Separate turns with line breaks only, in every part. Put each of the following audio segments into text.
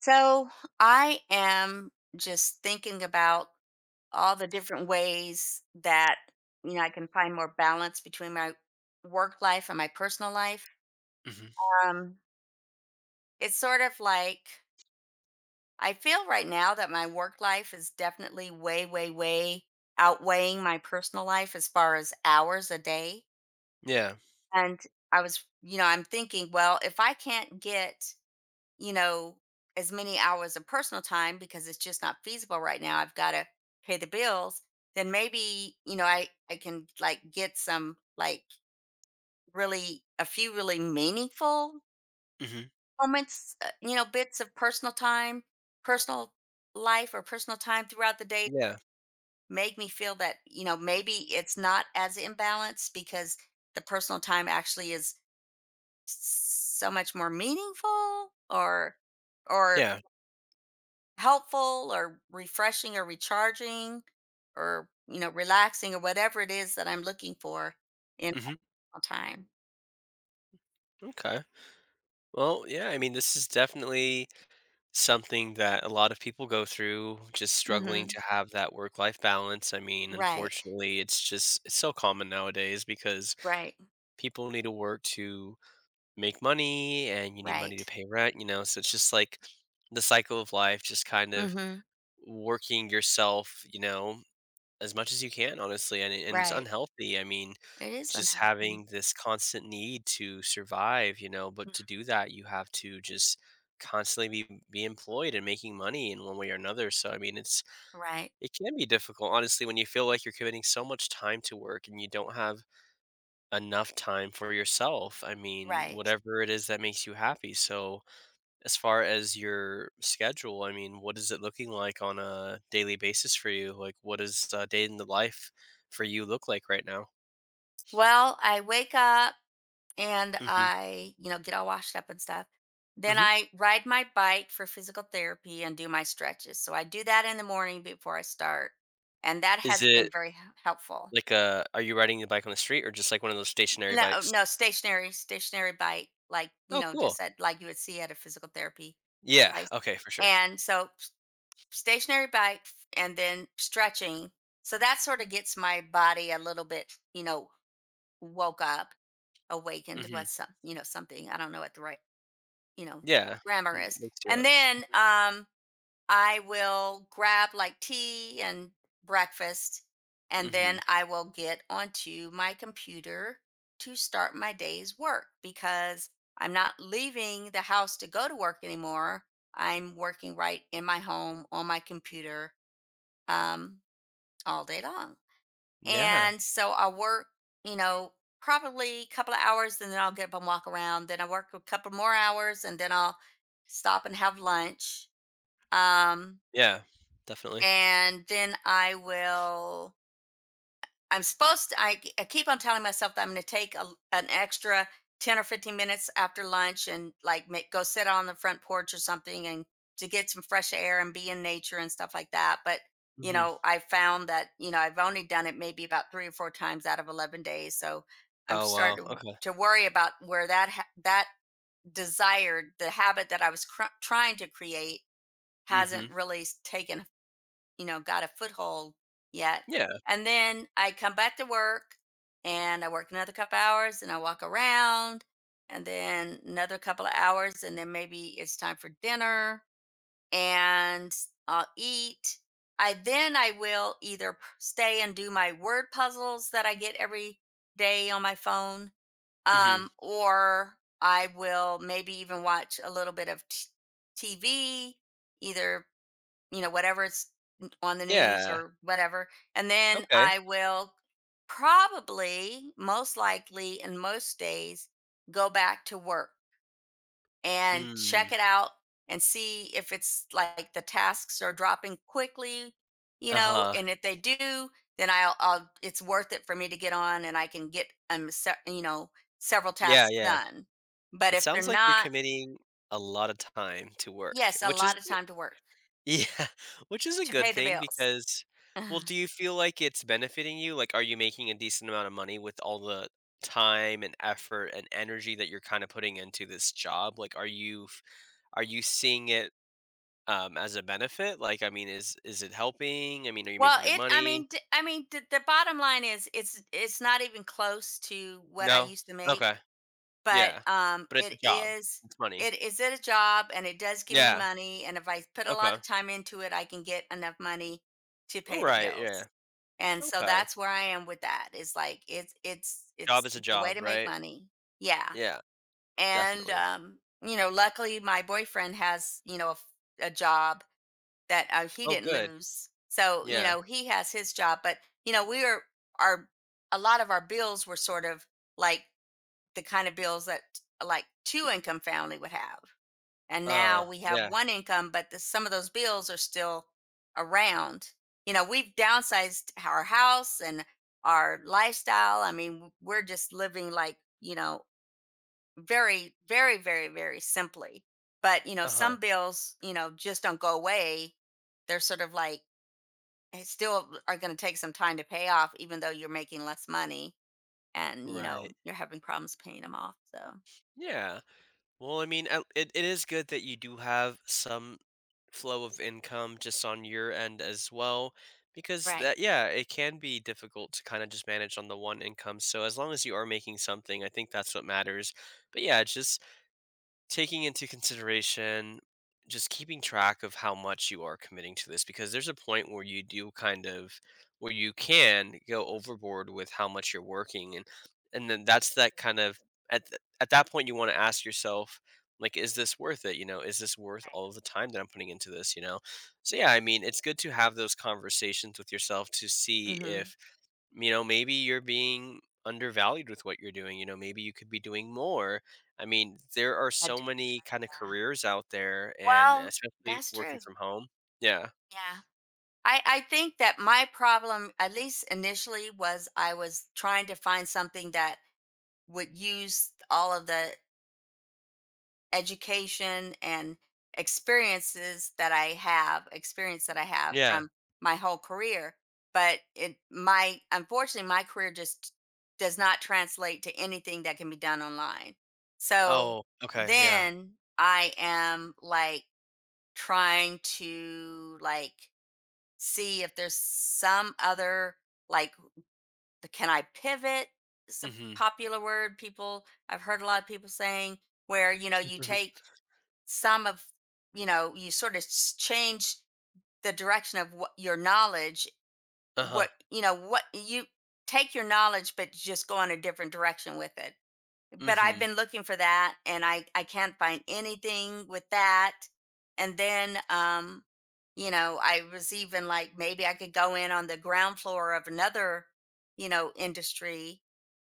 So I am just thinking about all the different ways that I can find more balance between my work life and my personal life.
Mhm.
Um, it's sort of like I feel right now that my work life is definitely way, way, way outweighing my personal life as far as hours a day.
Yeah.
And I was, you know, I'm thinking, well, if I can't get you know, as many hours of personal time because it's just not feasible right now. I've got to pay the bills. Then maybe, I can like get some like really a few really meaningful
Mhm.
moments, bits of personal time, personal life or personal time throughout the day
Yeah.
make me feel that, maybe it's not as imbalanced because the personal time actually is so much more meaningful or
Yeah.
helpful or refreshing or recharging or relaxing or whatever it is that I'm looking for in
Mhm.
all time.
Okay. Well, yeah, I mean, this is definitely something that a lot of people go through, just struggling
Mhm.
to have that work-life balance. I mean,
Right.
unfortunately, it's so common nowadays because
Right.
people need to work to make money and you need money
Right.
to pay rent, you know, so it's just like the cycle of life just kind of
Mhm.
working yourself, you know, as much as you can, honestly, and it's
Right,
unhealthy, I mean,
it is
just
unhealthy.
having this constant need to survive, you know, but
Mm.
to do that, you have to just constantly be employed and making money in one way or another, so, I mean,
Right.
it can be difficult, honestly, when you feel like you're committing so much time to work and you don't have enough time for yourself, I mean,
Right.
whatever it is that makes you happy. So as far as your schedule, I mean, what is it looking like on a daily basis for you? Like, what does a day in the life for you look like right now?
Well, I wake up and
Mhm,
I get all washed up and stuff, then
mhm.
I ride my bike for physical therapy and do my stretches, so I do that in the morning before I start, and that
Is
has been
it
very helpful.
like a are you riding the bike on the street or just like one of those stationary
No, oh,
bikes?
no, stationary bike, like,
Oh, cool.
just at like you would see at a physical therapy
Yeah,
place.
okay, for sure.
And so stationary bike and then stretching. So that sorta gets my body a little bit, woke up, awakened,
Mhm.
what's some something, I don't know what the right, you know,
Yeah.
grammar is.
Wakes you
And
up.
then, I will grab like tea and breakfast, and then
Mhm.
I will get onto my computer to start my day's work because I'm not leaving the house to go to work anymore. I'm working right in my home on my computer, um, all day long.
Yeah.
And so I'll work, you know, probably a couple of hours, and then I'll get up and walk around. Then I work a couple more hours, and then I'll stop and have lunch. Um,
Yeah, definitely.
and then I will. I'm supposed to. I keep on telling myself that I'm going to an extra 10 or 15 minutes after lunch and like go sit on the front porch or something and to get some fresh air and be in nature and stuff like that. But
Mhm.
I found that I've only done it maybe about three or four times out of 11 days, so I'm
Oh, wow,
starting
okay.
to worry about where that desired the habit that I was trying to create hasn't
Mhm.
really taken, got a foothold yet.
Yeah.
And then I come back to work and I work another couple hours and I walk around and then another couple of hours and then maybe it's time for dinner and I'll eat. I then I will either stay and do my word puzzles that I get every day on my phone,
Mhm.
or I will maybe even watch a little bit of TV, either whatever it's on the news
Yeah.
or whatever. And then
Okay.
I will probably, most likely, in most days, go back to work and
Mm.
check it out and see if it's like the tasks are dropping quickly,
Uh-huh.
and if they do, then I'll it's worth it for me to get on and I can get, several
Yeah,
tasks
yeah.
done. But
It
if they're
sounds like you're
not,
committing a lot of time to work,
yes, a
which is
lot of
good.
time to work
Yeah, which is a
to
good
pay the
thing.
bills.
Because Well, do you feel like it's benefiting you? Like, are you making a decent amount of money with all the time and effort and energy that you're kinda putting into this job? Like, are you seeing it, as a benefit? Like, I mean, is it helping? I mean, are you
Well,
making good
it
money?
I mean, the bottom line is it's not even close to what I
No?
used to make,
Okay.
but,
Yeah. But it's a job. It's money.
it is. It a job and it does give me
Yeah.
money, and if I put a lot
Okay.
of time into it, I can get enough money to pay the
Alright, yeah.
bills, and so
Okay.
that's where I am with that. It's like
Job is a
it's a way to
job,
make
right?
money. Yeah,
Yeah,
and,
definitely.
luckily, my boyfriend has, a job that, he
Oh,
didn't
good.
lose. So,
Yeah.
he has his job, but, we are our a lot of our bills were sort of like the kind of bills that like two income family would have. And now we have
Yeah.
one income, but some of those bills are still around. You know, we've downsized our house and our lifestyle. I mean, we're just living like, very, very, very, very simply. But,
Uh-huh.
some bills, just don't go away. They're sort of like it still are going to take some time to pay off, even though you're making less money and
Right.
you're having problems paying them off. So,
Yeah. Well, I mean, at it it is good that you do have some flow of income just on your end as well, because
right,
that yeah, it can be difficult to kinda just manage on the one income, so as long as you are making something, I think that's what matters. But yeah, just taking into consideration, just keeping track of how much you are committing to this, because there's a point where you do kind of, where you can go overboard with how much you're working. And then that's that kind of, at that point you want to ask yourself, like, is this worth it, is this worth
right,
all of the time that I'm putting into this? So yeah, I mean, it's good to have those conversations with yourself to see
right. Hmm.
if, you know, maybe you're being undervalued with what you're doing, you know, maybe you could be doing more. I mean, there are
I
so
do.
many kind of
Yeah.
careers out there, and
Well,
especially
that's
working
true.
from home. Yeah,
Yeah. I think that my problem, at least initially, was I was trying to find something that would use all of the education and experience that I have
yeah.
from my whole career. But it my unfortunately my career just does not translate to anything that can be done online. So
Oh, okay, yeah.
then I am like trying to like see if there's some other like can I pivot? It's a
Mm-hmm.
popular word people I've heard a lot of people saying where you take some of you sort of change the direction of what your knowledge
Uh-huh.
what you know what you take your knowledge but just go in a different direction with it. But
Mm-hmm.
I've been looking for that and I can't find anything with that. And then I was even like maybe I could go in on the ground floor of another, industry,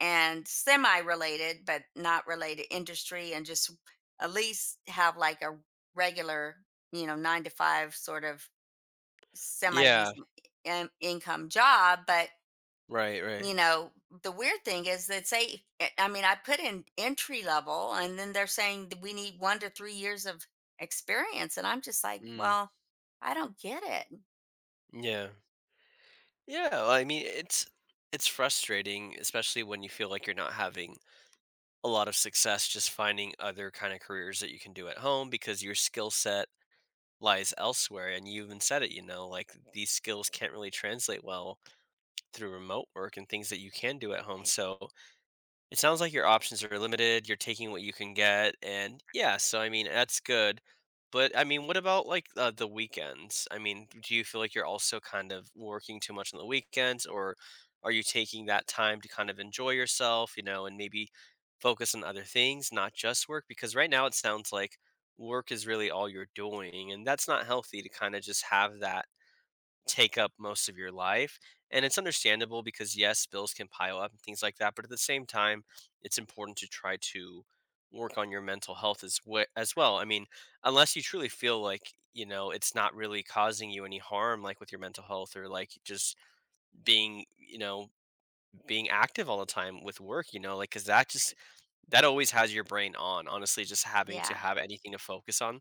and semi related, but not related industry, and just at least have like a regular, nine to five sort of semi
Yeah.
decent income job. But,
Right, right.
you know, the weird thing is that say, I mean, I put in entry level and then they're saying that we need 1 to 3 years of experience. And I'm just like,
Mm.
well, I don't get it.
Yeah, yeah. Well, I mean, it's frustrating, especially when you feel like you're not having a lot of success just finding other kind of careers that you can do at home, because your skill set lies elsewhere, and you even said it, you know, like these skills can't really translate well through remote work and things that you can do at home.
I,
So it sounds like your options are limited, you're taking what you can get, and yeah, so I mean, that's good. But I mean, what about like the weekends? I mean, do you feel like you're also kind of working too much on the weekends, or are you taking that time to kind of enjoy yourself, you know, and maybe focus on other things, not just work? Because right now it sounds like work is really all you're doing, and that's not healthy to kind of just have that take up most of your life. And it's understandable because, yes, bills can pile up and things like that. But at the same time, it's important to try to work on your mental health as, as well. I mean, unless you truly feel like, you know, it's not really causing you any harm, like with your mental health, or like just being, you know, being active all the time with work, you know, like, cause that just, that always has your brain on, honestly, just having to
yeah.
have anything to focus on.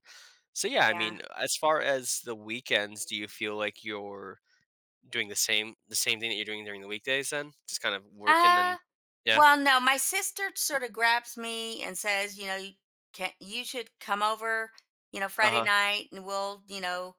So, yeah, I
Yeah.
mean, as far as the weekends, do you feel like you're doing the same thing that you're doing during the weekdays then? Just kind of working and
Uh,
yeah.
well, no, my sister sort of grabs me and says, you can you should come over, Friday
Uh-huh.
night and we'll,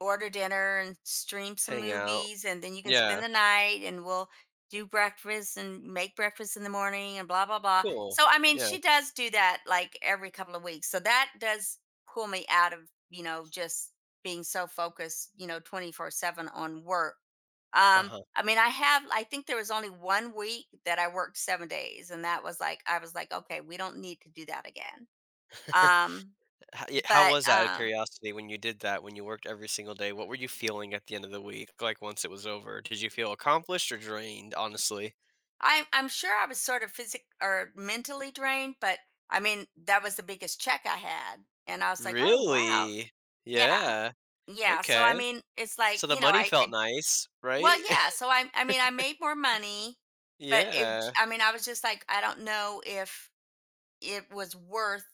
order dinner and stream some
Hang out.
movies and then you can
Yeah.
spend the night and we'll do breakfast and make breakfast in the morning and blah blah blah.
Cool.
So I mean
Yeah.
she does do that like every couple of weeks. So that does pull me out of, just being so focused, 24/7 on work.
Uh-huh.
I mean I think there was only one week that I worked 7 days and that was like I was like okay, we don't need to do that again. Um
How
but
was that, out of curiosity, when you did that, when you worked every single day? What were you feeling at the end of the week, like, once it was over? Did you feel accomplished or drained, honestly?
I'm sure I was sort of physic or mentally drained, but I mean, that was the biggest check I had. And I was like, oh wow.
Really?
Yeah.
Yeah.
Yeah. So I
Okay.
mean, it's like,
So the money felt nice, right?
well, yeah. So I mean I made more money, but it
Yeah.
I mean, I was just like, I don't know if it was worth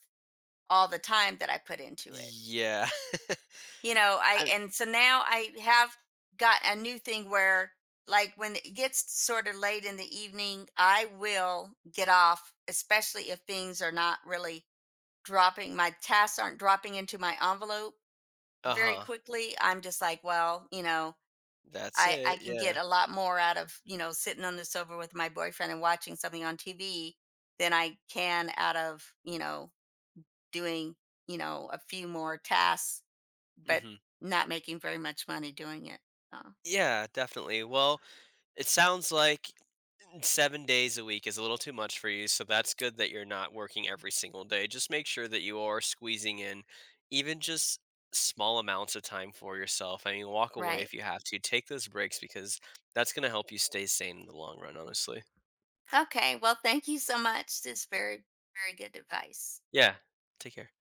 all the time that I put into it.
Yeah.
You know, I
I
and so now I have got a new thing where like when it gets sort of late in the evening I will get off, especially if things are not really dropping, my tasks aren't dropping into my envelope very
Uh-huh.
quickly. I'm just like, well,
That's
I
it,
can
yeah.
get a lot more out of, sitting on the sofa with my boyfriend and watching something on TV than I can out of, doing a few more tasks but
Mhm.
not making very much money doing it. Oh,
Yeah, definitely. Well, it sounds like, 7 days a week is a little too much for you, so that's good that you're not working every single day. Just make sure that you are squeezing in even just small amounts of time for yourself. I mean, walk away
right.
if you have to. Take those breaks, because that's gonna help you stay sane in the long run, honestly.
Okay. Well, thank you so much. This is very, very good advice.
Yeah. Take care.